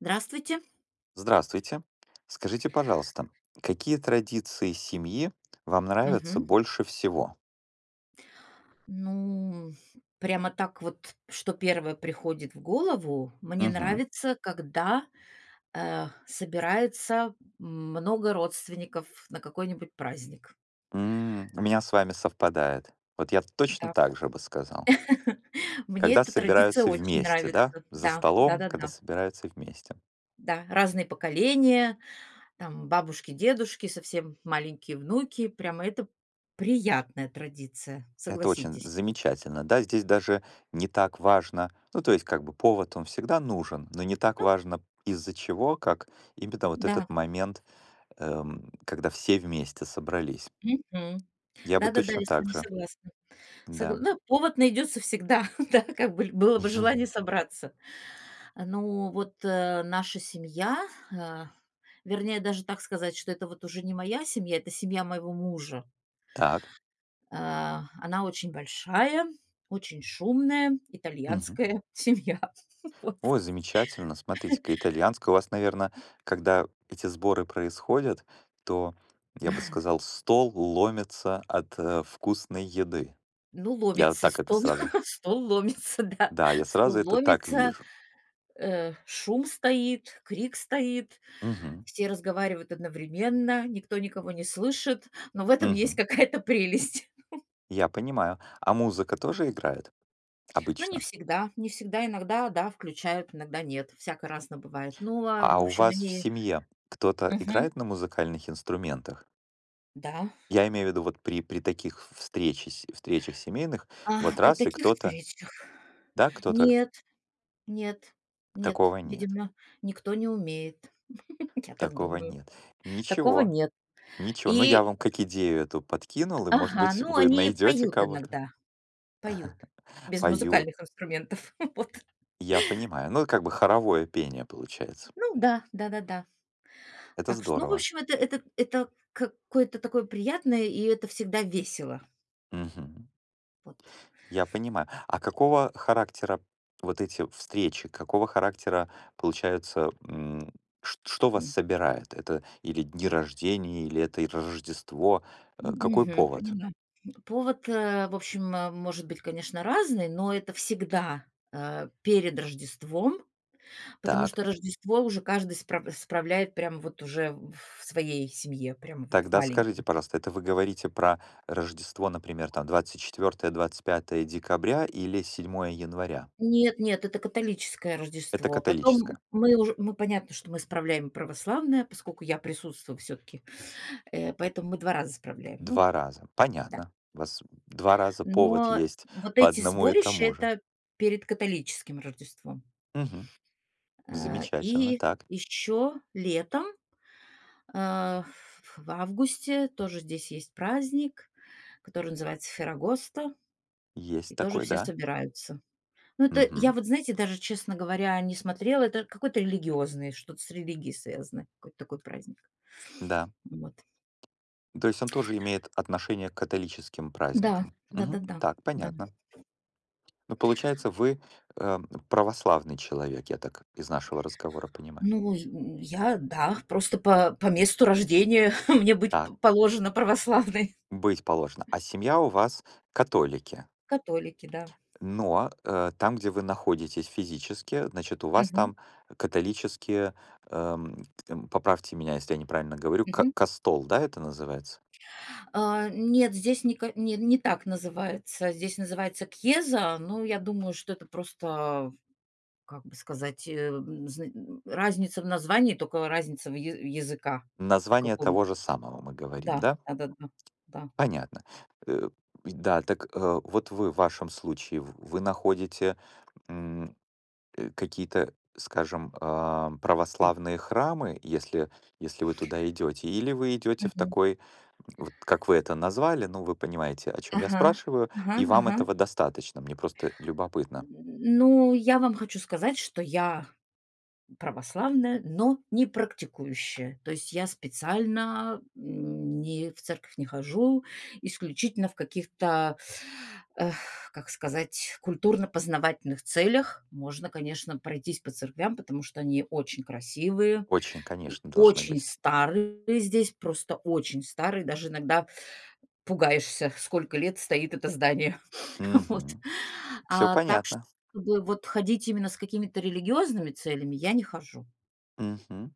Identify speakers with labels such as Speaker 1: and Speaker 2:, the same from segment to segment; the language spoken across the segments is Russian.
Speaker 1: Здравствуйте.
Speaker 2: Здравствуйте. Скажите, пожалуйста, какие традиции семьи вам нравятся
Speaker 1: Мгм.
Speaker 2: больше всего?
Speaker 1: Ну, прямо так вот, что первое приходит в голову. Мне
Speaker 2: Мгм.
Speaker 1: нравится, когда собирается много родственников на какой-нибудь праздник.
Speaker 2: У меня с вами совпадает. Вот я точно
Speaker 1: Да.
Speaker 2: так же бы сказал.
Speaker 1: Мне
Speaker 2: Когда
Speaker 1: эта традиция
Speaker 2: собираются
Speaker 1: очень
Speaker 2: вместе, да,
Speaker 1: нравится.
Speaker 2: за
Speaker 1: Да,
Speaker 2: столом,
Speaker 1: да-да-да.
Speaker 2: когда
Speaker 1: Да, да.
Speaker 2: собираются вместе.
Speaker 1: Да, разные поколения, там бабушки, дедушки, совсем маленькие внуки. Прямо это приятная традиция,
Speaker 2: Это очень
Speaker 1: согласитесь.
Speaker 2: замечательно, да, здесь даже не так важно, ну, то есть как бы повод он всегда нужен, но не так
Speaker 1: Ну
Speaker 2: важно из-за чего, как именно вот этот
Speaker 1: да.
Speaker 2: момент, когда все вместе собрались.
Speaker 1: Мгм.
Speaker 2: Я бы
Speaker 1: Да-да-да,
Speaker 2: точно
Speaker 1: я с
Speaker 2: так
Speaker 1: вами
Speaker 2: же,
Speaker 1: согласна.
Speaker 2: да.
Speaker 1: Согла Да, повод найдется всегда, да, как бы было бы желание
Speaker 2: Мгм.
Speaker 1: собраться. Ну вот, наша семья, э, вернее, даже так сказать, что это вот уже не моя семья, это семья моего мужа.
Speaker 2: Так.
Speaker 1: Она очень большая, очень шумная,
Speaker 2: Мгм.
Speaker 1: итальянская семья. Вот.
Speaker 2: Ой, замечательно. Смотрите-ка, итальянское у вас, наверное, когда эти сборы происходят, то, я бы сказал, стол ломится от вкусной еды.
Speaker 1: Ну,
Speaker 2: Я
Speaker 1: ломится
Speaker 2: так это
Speaker 1: стол,
Speaker 2: сразу.
Speaker 1: стол ломится, да,
Speaker 2: Да, я сразу
Speaker 1: стол
Speaker 2: это так
Speaker 1: ломится.
Speaker 2: вижу.
Speaker 1: Шум стоит, крик стоит,
Speaker 2: Мгм.
Speaker 1: все разговаривают одновременно, никто никого не слышит, но в этом есть
Speaker 2: Мгм.
Speaker 1: какая-то прелесть.
Speaker 2: Я понимаю. А музыка тоже играет
Speaker 1: Но не
Speaker 2: обычно?
Speaker 1: всегда, не всегда, иногда, да, включают, иногда нет, всяко разно бывает. Ну, а,
Speaker 2: А
Speaker 1: в
Speaker 2: у
Speaker 1: общем,
Speaker 2: вас в
Speaker 1: они.
Speaker 2: семье кто-то
Speaker 1: Мгм.
Speaker 2: играет на музыкальных инструментах?
Speaker 1: Да.
Speaker 2: Я имею в виду вот при таких встречах семейных, вот
Speaker 1: А при
Speaker 2: раз и
Speaker 1: таких
Speaker 2: кто-то
Speaker 1: встречах
Speaker 2: да, кто-то
Speaker 1: нет, нет, нет,
Speaker 2: Такого нет,
Speaker 1: видимо, никто не умеет, я так
Speaker 2: такого
Speaker 1: думаю.
Speaker 2: нет.
Speaker 1: Такого
Speaker 2: Ничего,
Speaker 1: нет.
Speaker 2: ничего. Ну, я
Speaker 1: И,
Speaker 2: вам как идею эту подкинул, и, может
Speaker 1: ага,
Speaker 2: быть,
Speaker 1: ну,
Speaker 2: вы
Speaker 1: они
Speaker 2: найдете
Speaker 1: поют
Speaker 2: кого-то.
Speaker 1: иногда. Поют. Без
Speaker 2: Поют,
Speaker 1: музыкальных инструментов. Вот.
Speaker 2: я понимаю. Ну, как бы хоровое пение получается.
Speaker 1: Ну да, да-да-да.
Speaker 2: Это
Speaker 1: Так что, ну, в
Speaker 2: здорово.
Speaker 1: общем, это это какое-то такое приятное, и это всегда весело.
Speaker 2: Мгм.
Speaker 1: Вот.
Speaker 2: Я понимаю. А какого характера вот эти встречи, какого характера получаются, что вас
Speaker 1: М.
Speaker 2: собирает? Это или дни рождения, или это и Рождество? Какой
Speaker 1: Мгм.
Speaker 2: повод?
Speaker 1: Поняла. Повод, в общем, может быть, конечно, разный, но это всегда, перед Рождеством, потому
Speaker 2: Так.
Speaker 1: что Рождество уже каждый справляет прямо вот уже в своей семье, прямо вот в
Speaker 2: Тогда скажите,
Speaker 1: маленькой.
Speaker 2: пожалуйста, это вы говорите про Рождество, например, там 24-25 декабря или 7 января?
Speaker 1: Нет, нет, это католическое
Speaker 2: Это
Speaker 1: Рождество. Потом
Speaker 2: католическое.
Speaker 1: мы уже, мы понятно, что мы справляем и православное, поскольку я присутствую все таки, поэтому мы 2 раза справляем. Ну
Speaker 2: Два раза.
Speaker 1: да.
Speaker 2: Понятно. У вас 2 раза повод
Speaker 1: Но
Speaker 2: есть
Speaker 1: вот
Speaker 2: по
Speaker 1: эти
Speaker 2: одному и
Speaker 1: сборища —
Speaker 2: тому же.
Speaker 1: это перед католическим Рождеством.
Speaker 2: Мгм.
Speaker 1: Э,
Speaker 2: Замечательно.
Speaker 1: и
Speaker 2: Так.
Speaker 1: еще летом, в августе тоже здесь есть праздник, который называется Феррагоста,
Speaker 2: Есть
Speaker 1: и тоже
Speaker 2: такой,
Speaker 1: все
Speaker 2: да.
Speaker 1: собираются. Ну, это я
Speaker 2: Мгм.
Speaker 1: вот, знаете, даже, честно говоря, не смотрела. Это какой-то религиозный, что-то с религией связано, какой-то такой праздник.
Speaker 2: Да.
Speaker 1: Вот.
Speaker 2: То есть он тоже имеет отношение к католическим
Speaker 1: Да,
Speaker 2: праздникам. Мгм.
Speaker 1: да-да-да, да.
Speaker 2: Так,
Speaker 1: Да, да.
Speaker 2: понятно. Ну, получается, вы э, православный человек, я так из нашего разговора понимаю.
Speaker 1: Ну, и, м, я, да, просто по месту рождения мне быть
Speaker 2: Так.
Speaker 1: п положено православной.
Speaker 2: Быть положено. А семья у вас католики,
Speaker 1: Католики, да.
Speaker 2: но, там, где вы находитесь физически, значит, у вас
Speaker 1: Мгм,
Speaker 2: там католические, поправьте меня, если я неправильно говорю, ка
Speaker 1: мгм.
Speaker 2: кастол, да, это называется?
Speaker 1: А нет, здесь не не так называется. Здесь называется кьеза, но я думаю, что это просто, как бы сказать, разница в названии, только разница в я языка. В
Speaker 2: Название
Speaker 1: каком?
Speaker 2: того же самого мы говорим,
Speaker 1: Да,
Speaker 2: да?
Speaker 1: да-да-да, да. Да. Да.
Speaker 2: Понятно. Э, да, так, вот вы в вашем случае, в вы находите, м, какие-то, скажем, а,
Speaker 1: М,
Speaker 2: православные храмы, если если вы туда идете, или вы идете в
Speaker 1: мгм.
Speaker 2: такой Вот как вы это назвали, ну, вы понимаете, о чем я
Speaker 1: Ага,
Speaker 2: спрашиваю,
Speaker 1: ага,
Speaker 2: и вам
Speaker 1: ага.
Speaker 2: этого достаточно. Мне просто любопытно.
Speaker 1: Ну, я вам хочу сказать, что я православная, но не практикующая. То есть я специально, м, не в церковь не хожу, исключительно в каких-то, эх, как сказать, культурно-познавательных целях. Можно, конечно, пройтись по церквям, потому что они очень красивые.
Speaker 2: Очень,
Speaker 1: И
Speaker 2: конечно, должны
Speaker 1: очень
Speaker 2: быть.
Speaker 1: старый здесь, просто очень старый, даже иногда пугаешься, сколько лет стоит это здание. Вот.
Speaker 2: Все
Speaker 1: А так, что,
Speaker 2: понятно.
Speaker 1: чтобы вот ходить именно с какими-то религиозными целями, я не хожу.
Speaker 2: Мгм.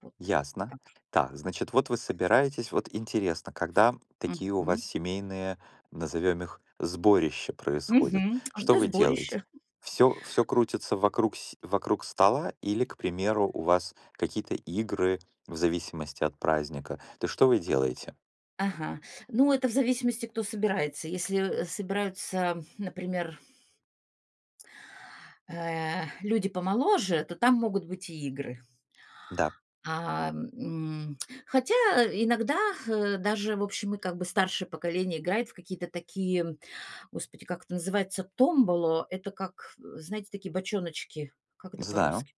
Speaker 1: Вот
Speaker 2: Ясно.
Speaker 1: так.
Speaker 2: Так, значит, вот вы собираетесь. Вот интересно, когда такие у вас
Speaker 1: Мгм.
Speaker 2: семейные, назовем их, сборища происходят,
Speaker 1: Мгм.
Speaker 2: что
Speaker 1: Это
Speaker 2: вы делаете?
Speaker 1: сборище.
Speaker 2: Все, все крутится вокруг стола или, к примеру, у вас какие-то игры в зависимости от праздника? То есть что вы делаете?
Speaker 1: Ага. Ну, это в зависимости, кто собирается. Если собираются, например, люди помоложе, то там могут быть и игры.
Speaker 2: Да,
Speaker 1: А, м, хотя иногда даже, в общем, и как бы старшее поколение играет в какие-то такие, господи, как это называется, томболо. Это как, э, знаете, такие бочоночки. Как это по
Speaker 2: знаю.
Speaker 1: русски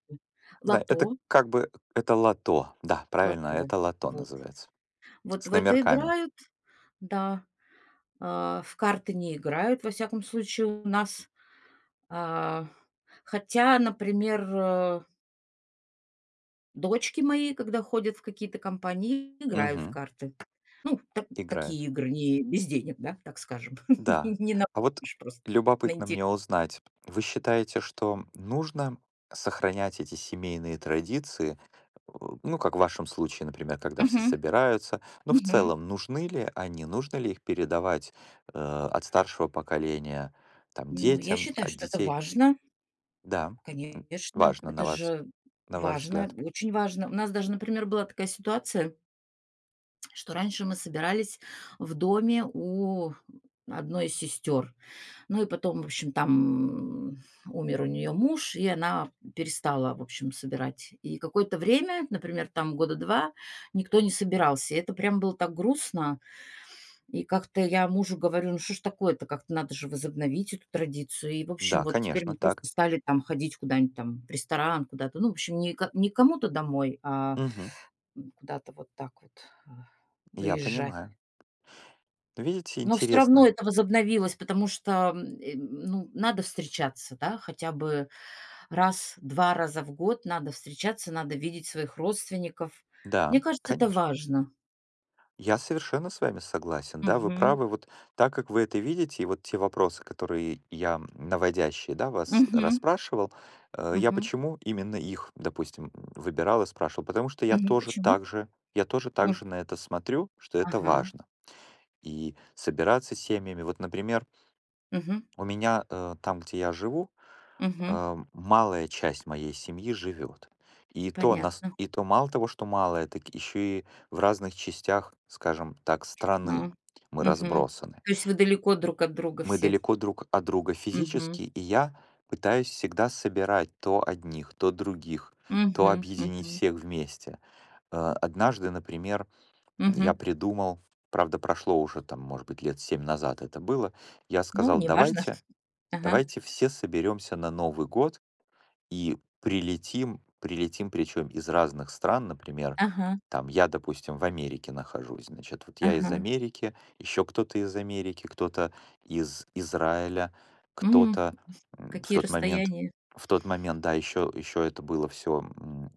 Speaker 2: Да, это
Speaker 1: Лото,
Speaker 2: как бы это лото. Да, правильно,
Speaker 1: лото.
Speaker 2: это лото
Speaker 1: Вот.
Speaker 2: называется.
Speaker 1: Вот
Speaker 2: С
Speaker 1: в это
Speaker 2: номерками.
Speaker 1: играют, да. А в карты не играют, во всяком случае, у нас. А хотя, например, э, дочки мои, когда ходят в какие-то компании, играют в
Speaker 2: Мгм.
Speaker 1: карты. Ну, та
Speaker 2: Играет.
Speaker 1: такие игры, не без денег, да, так скажем.
Speaker 2: Да.
Speaker 1: Не
Speaker 2: А вот
Speaker 1: накупишь просто, на
Speaker 2: любопытно
Speaker 1: интерес.
Speaker 2: мне узнать, вы считаете, что нужно сохранять эти семейные традиции, э, ну, как в вашем случае, например, когда все
Speaker 1: Мгм,
Speaker 2: собираются, но в
Speaker 1: мгм.
Speaker 2: целом нужны ли они, нужно ли их передавать от старшего поколения там
Speaker 1: Ну, я
Speaker 2: детям,
Speaker 1: считаю,
Speaker 2: от
Speaker 1: что это
Speaker 2: детей?
Speaker 1: важно,
Speaker 2: Да, м,
Speaker 1: конечно.
Speaker 2: важно
Speaker 1: Это же
Speaker 2: на ваш
Speaker 1: важно,
Speaker 2: взгляд.
Speaker 1: очень важно. У нас даже, например, была такая ситуация, что раньше мы собирались в доме у одной из сестер. Ну и потом, в общем, там умер у нее муж, и она перестала, в общем, собирать. И какое-то время, например, там года 2, никто не собирался. И это прям было так грустно. И как-то я мужу говорю: «Ну что ж такое-то? Как-то надо же возобновить эту традицию». И, в общем,
Speaker 2: Да,
Speaker 1: вот теперь мы
Speaker 2: конечно,
Speaker 1: просто
Speaker 2: так.
Speaker 1: стали там ходить куда-нибудь там в ресторан, куда-то. Ну, в общем, не кому-то домой, а,
Speaker 2: Мгм.
Speaker 1: м, куда-то вот так вот, а,
Speaker 2: Я
Speaker 1: выезжать.
Speaker 2: понимаю. Ну, видите,
Speaker 1: Но все равно
Speaker 2: интересно.
Speaker 1: это возобновилось, потому что ну, надо встречаться, да, хотя бы раз, 2 раза в год надо встречаться, надо видеть своих родственников.
Speaker 2: Да,
Speaker 1: Мне кажется, это
Speaker 2: конечно.
Speaker 1: важно.
Speaker 2: Я совершенно с вами согласен. Да, вы
Speaker 1: Мгм.
Speaker 2: правы. Вот так как вы это видите, и вот те вопросы, которые я наводящие, да, вас
Speaker 1: Мгм.
Speaker 2: расспрашивал, я
Speaker 1: Мгм.
Speaker 2: почему именно их, допустим, выбирал и спрашивал? Потому что я
Speaker 1: Мгм.
Speaker 2: тоже
Speaker 1: Почему?
Speaker 2: так же, я тоже так
Speaker 1: М.
Speaker 2: же на это смотрю, что это
Speaker 1: Ага.
Speaker 2: важно. И собираться с семьями. Вот, например,
Speaker 1: Мгм.
Speaker 2: у меня там, где я живу,
Speaker 1: Мгм.
Speaker 2: малая часть моей семьи живет. И то, нас,
Speaker 1: Понятно.
Speaker 2: и то мало того, что малая, так еще и в разных частях, скажем так, страны
Speaker 1: А.
Speaker 2: мы
Speaker 1: Мгм.
Speaker 2: разбросаны.
Speaker 1: То есть вы далеко друг от друга
Speaker 2: Мы
Speaker 1: все?
Speaker 2: далеко друг от друга
Speaker 1: Мгм.
Speaker 2: физически, и я пытаюсь всегда собирать то одних, то других, то
Speaker 1: Мгм.
Speaker 2: объединить
Speaker 1: Мгм.
Speaker 2: всех вместе. Однажды, например, я
Speaker 1: Мгм.
Speaker 2: придумал, правда, прошло уже там, может быть, лет семь назад это было, я
Speaker 1: Ну,
Speaker 2: сказал,
Speaker 1: неважно.
Speaker 2: давайте,
Speaker 1: Ага.
Speaker 2: давайте все соберемся на Новый год и прилетим причем из разных стран, например,
Speaker 1: Ага.
Speaker 2: там я, допустим, в Америке нахожусь, значит, вот я из
Speaker 1: Ага.
Speaker 2: Америки, еще кто-то из Америки, кто-то из Израиля,
Speaker 1: М,
Speaker 2: кто-то м, в
Speaker 1: Какие
Speaker 2: тот Ага. момент,
Speaker 1: расстояния.
Speaker 2: в тот момент, да, еще это было все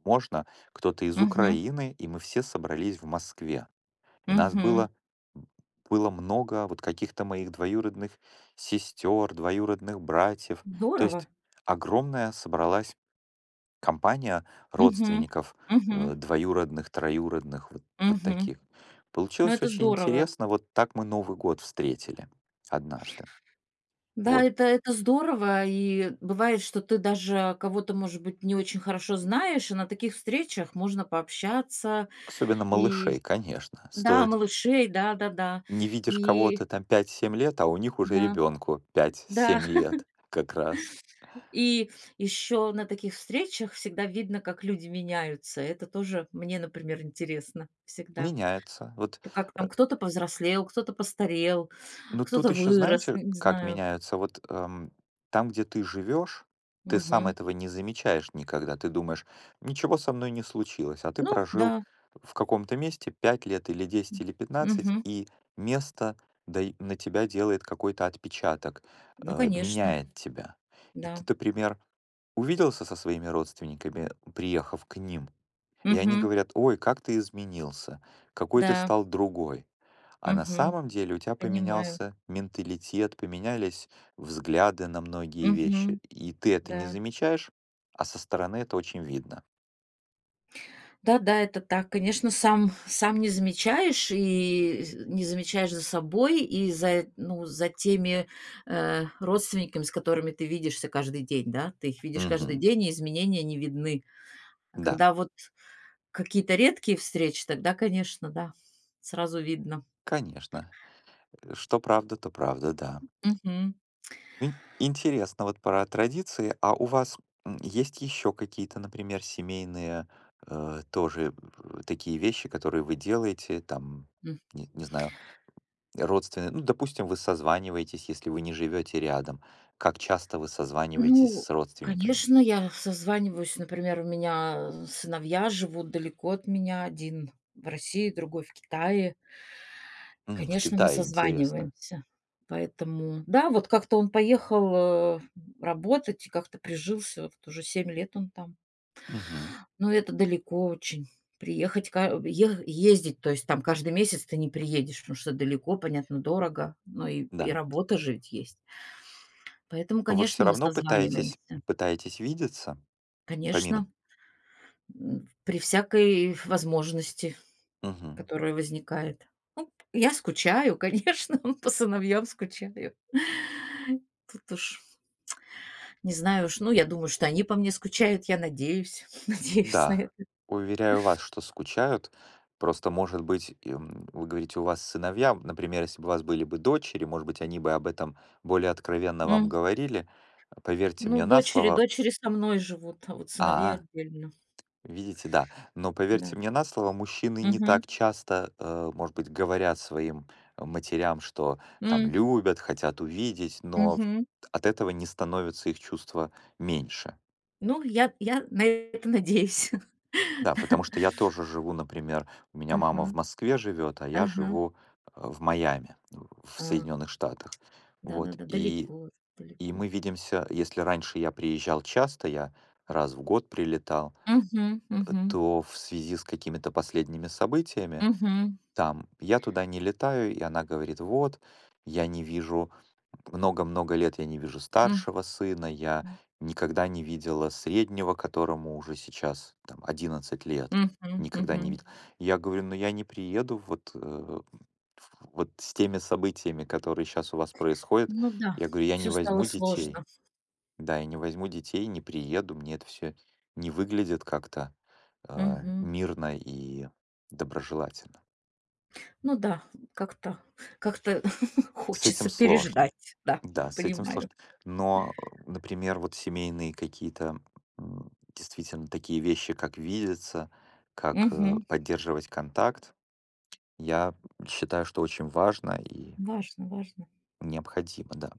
Speaker 2: можно, кто-то из
Speaker 1: Мгм,
Speaker 2: Украины, и мы все собрались в Москве. И нас
Speaker 1: мгм.
Speaker 2: было, было много вот каких-то моих двоюродных сестер, двоюродных братьев. То
Speaker 1: Здорово.
Speaker 2: есть огромная собралась компания
Speaker 1: Мгм,
Speaker 2: родственников,
Speaker 1: мгм,
Speaker 2: двоюродных, троюродных, вот, вот
Speaker 1: мгм.
Speaker 2: таких.
Speaker 1: Ну,
Speaker 2: Получилось
Speaker 1: это
Speaker 2: очень
Speaker 1: здорово.
Speaker 2: интересно, вот так мы Новый год встретили однажды.
Speaker 1: Да,
Speaker 2: Вот.
Speaker 1: это здорово. И бывает, что ты даже кого-то, может быть, не очень хорошо знаешь, и на таких встречах можно пообщаться.
Speaker 2: Особенно
Speaker 1: И
Speaker 2: малышей, конечно.
Speaker 1: да,
Speaker 2: Стоит,
Speaker 1: малышей, да-да-да.
Speaker 2: не видишь
Speaker 1: И
Speaker 2: кого-то там 5-7 лет, а у них уже
Speaker 1: да,
Speaker 2: ребенку пять
Speaker 1: да.
Speaker 2: семь лет как раз.
Speaker 1: И еще на таких встречах всегда видно, как люди меняются. Это тоже мне, например, интересно всегда.
Speaker 2: Меняется. Вот
Speaker 1: То как там кто-то повзрослел, кто-то постарел.
Speaker 2: ну, тут
Speaker 1: Кто-то
Speaker 2: еще,
Speaker 1: вырос,
Speaker 2: знаете,
Speaker 1: ну, не
Speaker 2: как
Speaker 1: знаю.
Speaker 2: меняются? Там, где ты живешь, ты сам
Speaker 1: Мгм.
Speaker 2: этого не замечаешь никогда. Ты думаешь, ничего со мной не случилось, а ты
Speaker 1: Ну
Speaker 2: прожил
Speaker 1: да.
Speaker 2: в каком-то месте 5 лет или 10 или 15,
Speaker 1: Мгм.
Speaker 2: и место на тебя делает какой-то отпечаток,
Speaker 1: Ну, конечно,
Speaker 2: меняет тебя. И ты,
Speaker 1: да.
Speaker 2: например, увиделся со своими родственниками, приехав к ним, и они
Speaker 1: Мгм.
Speaker 2: говорят, ой, как ты изменился, какой ты
Speaker 1: Да.
Speaker 2: стал другой. А на
Speaker 1: Мгм.
Speaker 2: самом деле у тебя
Speaker 1: Понимаю.
Speaker 2: поменялся менталитет, поменялись взгляды на многие вещи.
Speaker 1: Мгм.
Speaker 2: И ты это не
Speaker 1: Да.
Speaker 2: замечаешь, а со стороны это очень видно.
Speaker 1: Да-да, это так. Конечно, сам сам не замечаешь и с не замечаешь за собой, и за, ну, за теми родственниками, с которыми ты видишься каждый день, да. Ты их видишь каждый
Speaker 2: Мгм.
Speaker 1: день, и изменения не видны. А
Speaker 2: Да,
Speaker 1: когда вот какие-то редкие встречи, тогда, конечно, да, сразу видно.
Speaker 2: конечно. Что правда, то правда, да.
Speaker 1: Мгм.
Speaker 2: Интересно вот про традиции. А у вас есть еще какие-то, например, семейные тоже такие вещи, которые вы делаете, там, не знаю, родственные, ну, допустим, вы созваниваетесь, если вы не живете рядом. Как часто вы созваниваетесь
Speaker 1: Ну,
Speaker 2: с родственниками?
Speaker 1: конечно, я созваниваюсь. Например, у меня сыновья живут далеко от меня. Один в России, другой в Китае. И,
Speaker 2: В
Speaker 1: конечно, мы
Speaker 2: Китае, интересно.
Speaker 1: созваниваемся. Поэтому да, вот как-то он поехал работать и как-то прижился. Вот уже 7 лет он там.
Speaker 2: Мгм.
Speaker 1: Но это далеко очень. Приехать, ка ех ездить, то есть там каждый месяц ты не приедешь, потому что далеко, понятно, дорого, но и
Speaker 2: Да.
Speaker 1: работа же ведь есть. Поэтому,
Speaker 2: Но вы все
Speaker 1: конечно, мы
Speaker 2: равно пытаетесь,
Speaker 1: созваниваемся.
Speaker 2: пытаетесь видеться, помимо...
Speaker 1: Конечно. М, при всякой возможности,
Speaker 2: Мгм.
Speaker 1: которая возникает. Ну, я скучаю, конечно, по сыновьям скучаю. Тут уж не знаю уж, ну, я думаю, что они по мне скучают, я надеюсь, надеюсь на
Speaker 2: Да.
Speaker 1: это.
Speaker 2: Уверяю вас, что скучают. Просто, может быть, вы говорите, у вас сыновья, например, если бы у вас были бы дочери, может быть, они бы об этом более откровенно вам
Speaker 1: М,
Speaker 2: говорили. Поверьте
Speaker 1: ну,
Speaker 2: мне на слово.
Speaker 1: дочери со мной живут, а вот сыновья
Speaker 2: А,
Speaker 1: отдельно,
Speaker 2: видите, да. Но поверьте
Speaker 1: да.
Speaker 2: мне на слово, мужчины не
Speaker 1: Мгм.
Speaker 2: так часто, может быть, говорят своим матерям, что там
Speaker 1: М,
Speaker 2: любят, хотят увидеть,
Speaker 1: мгм.
Speaker 2: от этого не становится их чувство меньше.
Speaker 1: Ну, я на это надеюсь.
Speaker 2: Да, потому что я тоже живу, например, у меня
Speaker 1: Ага,
Speaker 2: мама в Москве живет, а я
Speaker 1: ага,
Speaker 2: живу в Майами, в
Speaker 1: а,
Speaker 2: Соединенных Штатах. Вот,
Speaker 1: да-да-да, далеко,
Speaker 2: и
Speaker 1: далеко.
Speaker 2: мы видимся, если раньше я приезжал часто, я раз в год прилетал,
Speaker 1: Угу, угу,
Speaker 2: то в связи с какими-то последними событиями
Speaker 1: угу.
Speaker 2: там. Я туда не летаю, и она говорит: "Вот, я не вижу много-много лет я не вижу старшего сына, я никогда не видела среднего, которому уже сейчас там 11 лет,
Speaker 1: Мгм,
Speaker 2: никогда не
Speaker 1: мгм.
Speaker 2: видела". Я говорю: "Ну я не приеду вот, э, ф вот с теми событиями, которые сейчас у вас происходят".
Speaker 1: Ну да,
Speaker 2: Я говорю: "Я не
Speaker 1: все стало
Speaker 2: возьму детей".
Speaker 1: сложно.
Speaker 2: Да, я не возьму детей, не приеду, мне это все не выглядит как-то,
Speaker 1: Мгм.
Speaker 2: мирно и доброжелательно.
Speaker 1: Ну да, как-то как-то
Speaker 2: С этим
Speaker 1: хочется
Speaker 2: сложно.
Speaker 1: переждать. Да,
Speaker 2: Да, с этим
Speaker 1: понимаю.
Speaker 2: сложно. Но, например, вот семейные какие-то, действительно такие вещи, как видеться, как,
Speaker 1: Мгм.
Speaker 2: поддерживать контакт, я считаю, что очень важно и
Speaker 1: Важно, важно.
Speaker 2: необходимо, да.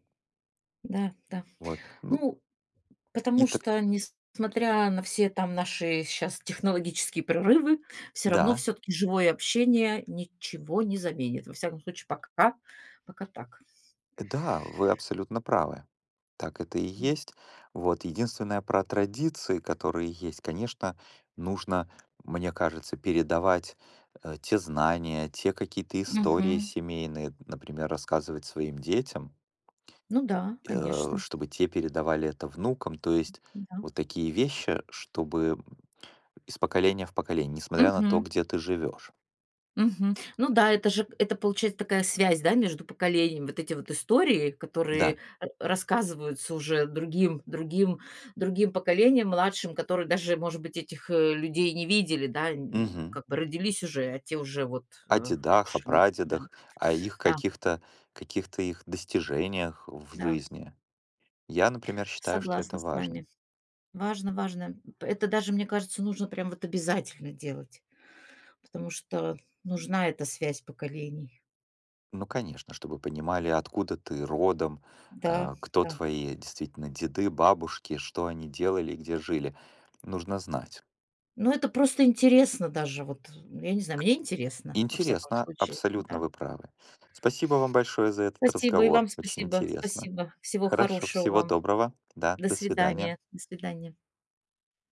Speaker 1: Да, да.
Speaker 2: Вот. Ну,
Speaker 1: Ну,
Speaker 2: и
Speaker 1: потому
Speaker 2: так
Speaker 1: что, несмотря на все там наши сейчас технологические прорывы, все равно
Speaker 2: да.
Speaker 1: все таки живое общение ничего не заменит. Во всяком случае, пока пока так.
Speaker 2: Да, вы абсолютно правы. Так это и
Speaker 1: М.
Speaker 2: есть. Вот единственное про традиции, которые есть, конечно, нужно, мне кажется, передавать те знания, те какие-то истории
Speaker 1: Мгм.
Speaker 2: семейные, например, рассказывать своим детям,
Speaker 1: Ну да, конечно,
Speaker 2: чтобы те передавали это внукам. То есть
Speaker 1: да.
Speaker 2: вот такие вещи, чтобы из поколения в поколение, несмотря на то,
Speaker 1: Мгм.
Speaker 2: где ты живешь.
Speaker 1: Мгм. Ну да, это же, это получается такая связь, да, между поколениями. Вот эти вот истории,
Speaker 2: Да.
Speaker 1: которые рассказываются уже другим, другим, другим поколениям, младшим, которые даже, может быть, этих людей не видели, да,
Speaker 2: Мгм.
Speaker 1: как бы родились уже, а те уже вот
Speaker 2: О
Speaker 1: э,
Speaker 2: дедах, о
Speaker 1: ушли. Да,
Speaker 2: прадедах, о их
Speaker 1: да,
Speaker 2: каких-то каких-то их достижениях в
Speaker 1: да,
Speaker 2: жизни. Я, например, считаю, что
Speaker 1: согласна
Speaker 2: это
Speaker 1: с
Speaker 2: важно.
Speaker 1: вами. Важно, важно. Это даже, мне кажется, нужно прям вот обязательно делать, потому что нужна эта связь поколений.
Speaker 2: Ну, конечно, чтобы понимали, откуда ты родом,
Speaker 1: Да,
Speaker 2: кто
Speaker 1: да.
Speaker 2: твои действительно деды, бабушки, что они делали и где жили. Нужно знать.
Speaker 1: Ну, это просто интересно даже, вот, я не знаю, мне интересно, во всяком
Speaker 2: Интересно,
Speaker 1: случае,
Speaker 2: абсолютно
Speaker 1: да.
Speaker 2: вы правы. Спасибо вам большое за этот
Speaker 1: Спасибо, и
Speaker 2: разговор.
Speaker 1: вам
Speaker 2: Очень
Speaker 1: спасибо,
Speaker 2: интересно.
Speaker 1: спасибо. Всего
Speaker 2: Хорошо,
Speaker 1: хорошего
Speaker 2: всего
Speaker 1: вам.
Speaker 2: доброго. Да,
Speaker 1: До
Speaker 2: до свидания.
Speaker 1: свидания, до свидания.